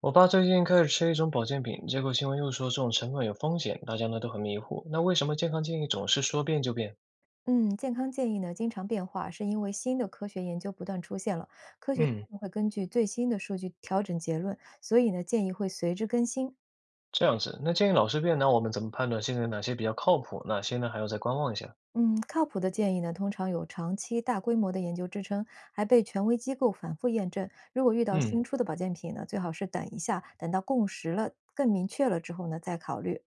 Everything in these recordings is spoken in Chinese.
我爸最近开始吃一种保健品，结果新闻又说这种成分有风险，大家呢都很迷糊。那为什么健康建议总是说变就变？嗯，健康建议呢经常变化，是因为新的科学研究不断出现了，科学嗯，家会根据最新的数据调整结论，所以呢建议会随之更新。这样子，那建议老是变，那我们怎么判断现在哪些比较靠谱，哪些呢还要再观望一下？嗯，靠谱的建议呢通常有长期大规模的研究支撑，还被权威机构反复验证。如果遇到嗯，新出的保健品呢，最好是等一下，等到共识了、更明确了之后呢再考虑。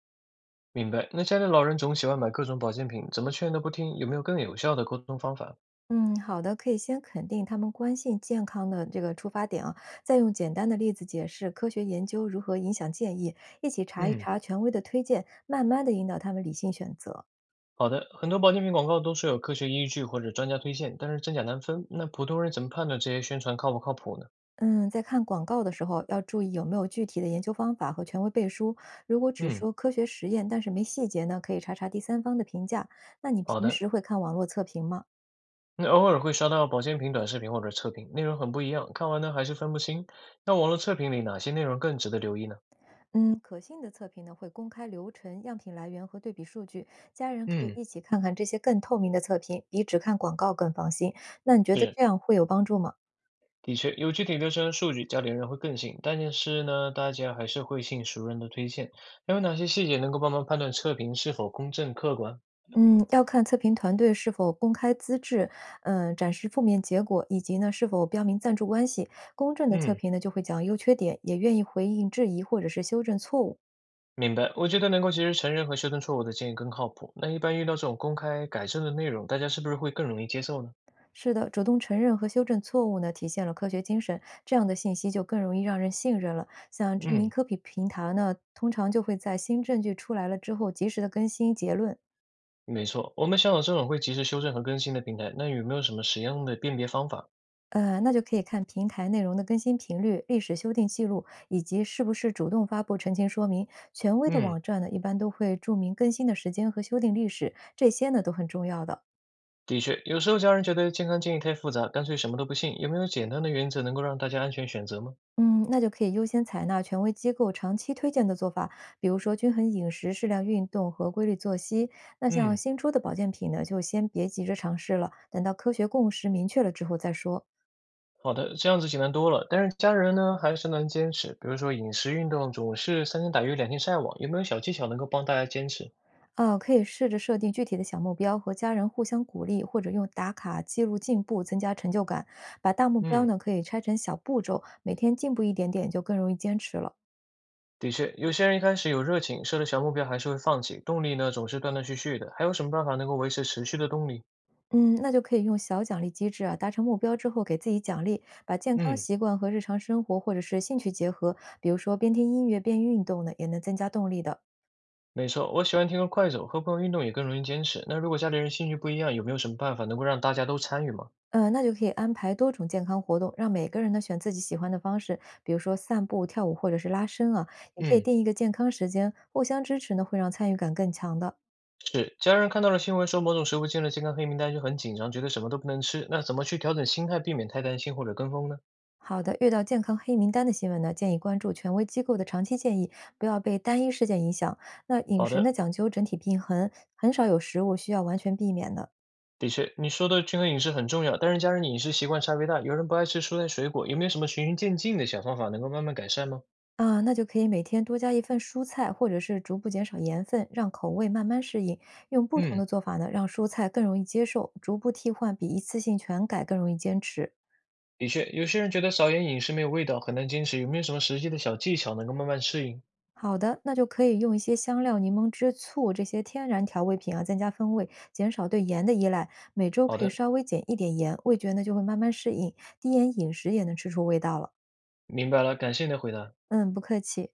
明白。那家里老人总喜欢买各种保健品，怎么劝都不听，有没有更有效的沟通方法？嗯，好的，可以先肯定他们关心健康的这个出发点啊，再用简单的例子解释科学研究如何影响建议，一起查一嗯，查权威的推荐，慢慢的引导他们理性选择。好的，很多保健品广告都是有科学依据或者专家推荐，但是真假难分。那普通人怎么判断这些宣传靠不靠谱呢？嗯，在看广告的时候要注意有没有具体的研究方法和权威背书。如果只嗯，说科学实验，但是没细节呢，可以查查第三方的评价。那你好平的，时会看网络测评吗？那偶尔会刷到保健品短视频或者测评，内容很不一样，看完呢还是分不清。那网络测评里哪些内容更值得留意呢？嗯，可信的测评呢会公开流程、样品来源和对比数据，家人可以嗯，一起看看这些更透明的测评，比只看广告更放心。那你觉得是，这样会有帮助吗？的确有具体流程和数据，家里人会更信，但是呢，大家还是会信熟人的推荐。还有哪些细节能够帮忙判断测评是否公正客观？嗯，要看测评团队是否公开资质，展示负面结果，以及呢是否标明赞助关系。公正的测嗯，评呢就会讲优缺点，也愿意回应质疑或者是修正错误。明白，我觉得能够及时承认和修正错误的建议更靠谱。那一般遇到这种公开改正的内容，大家是不是会更容易接受呢？是的，主动承认和修正错误呢，体现了科学精神，这样的信息就更容易让人信任了。像知名嗯，科普平台呢，通常就会在新证据出来了之后，及时的更新结论。没错，我们想找这种会及时修正和更新的平台，那有没有什么实用的辨别方法？那就可以看平台内容的更新频率、历史修订记录，以及是不是主动发布澄清说明。权威的嗯，网站呢，一般都会注明更新的时间和修订历史，这些呢都很重要的哦。的确，有时候家人觉得健康建议太复杂，干脆什么都不信。有没有简单的原则能够让大家安全选择吗？嗯，那就可以优先采纳权威机构长期推荐的做法，比如说均衡饮食、适量运动和规律作息。那像嗯，新出的保健品呢，就先别急着尝试了，等到科学共识明确了之后再说。好的，这样子简单多了。但是家人呢，还是能坚持，比如说饮食、运动总是三天打鱼两天晒网，有没有小技巧能够帮大家坚持？啊，可以试着设定具体的小目标，和家人互相鼓励，或者用打卡记录进步，增加成就感。把大目标嗯，呢，可以拆成小步骤，每天进步一点点，就更容易坚持了。的确，有些人一开始有热情，设了小目标还是会放弃，动力呢总是断断续续的。还有什么办法能够维持持续的动力？嗯，那就可以用小奖励机制啊，达成目标之后给自己奖励，把健康嗯，习惯和日常生活或者是兴趣结合，比如说边听音乐边运动呢，也能增加动力的。没错，我喜欢听个快走，和朋友运动也更容易坚持。那如果家里人兴趣不一样，有没有什么办法能够让大家都参与吗？那就可以安排多种健康活动，让每个人呢选自己喜欢的方式，比如说散步、跳舞或者是拉伸啊，也可以嗯。定一个健康时间，互相支持呢，会让参与感更强的。是，家人看到了新闻说某种食物进了健康黑名单就很紧张，觉得什么都不能吃。那怎么去调整心态，避免太担心或者跟风呢？好的，遇到健康黑名单的新闻呢，建议关注权威机构的长期建议，不要被单一事件影响。那饮好食呢，的，讲究整体平衡，很少有食物需要完全避免的的确，你说的均衡饮食很重要，但是家人饮食习惯差别大，有人不爱吃蔬菜水果，有没有什么循序渐进的小方法能够慢慢改善吗？啊。那就可以每天多加一份蔬菜，或者是逐步减少盐分，让口味慢慢适应。用不同嗯，的做法呢，让蔬菜更容易接受，逐步替换比一次性全改更容易坚持。的确，有些人觉得少盐饮食没有味道，很难坚持，有没有什么实际的小技巧能够慢慢适应？好的，那就可以用一些香料、柠檬汁、醋这些天然调味品啊，增加风味，减少对盐的依赖。每周好可以的，稍微减一点盐，味觉呢就会慢慢适应，低盐饮食也能吃出味道了。明白了，感谢你的回答。嗯，不客气。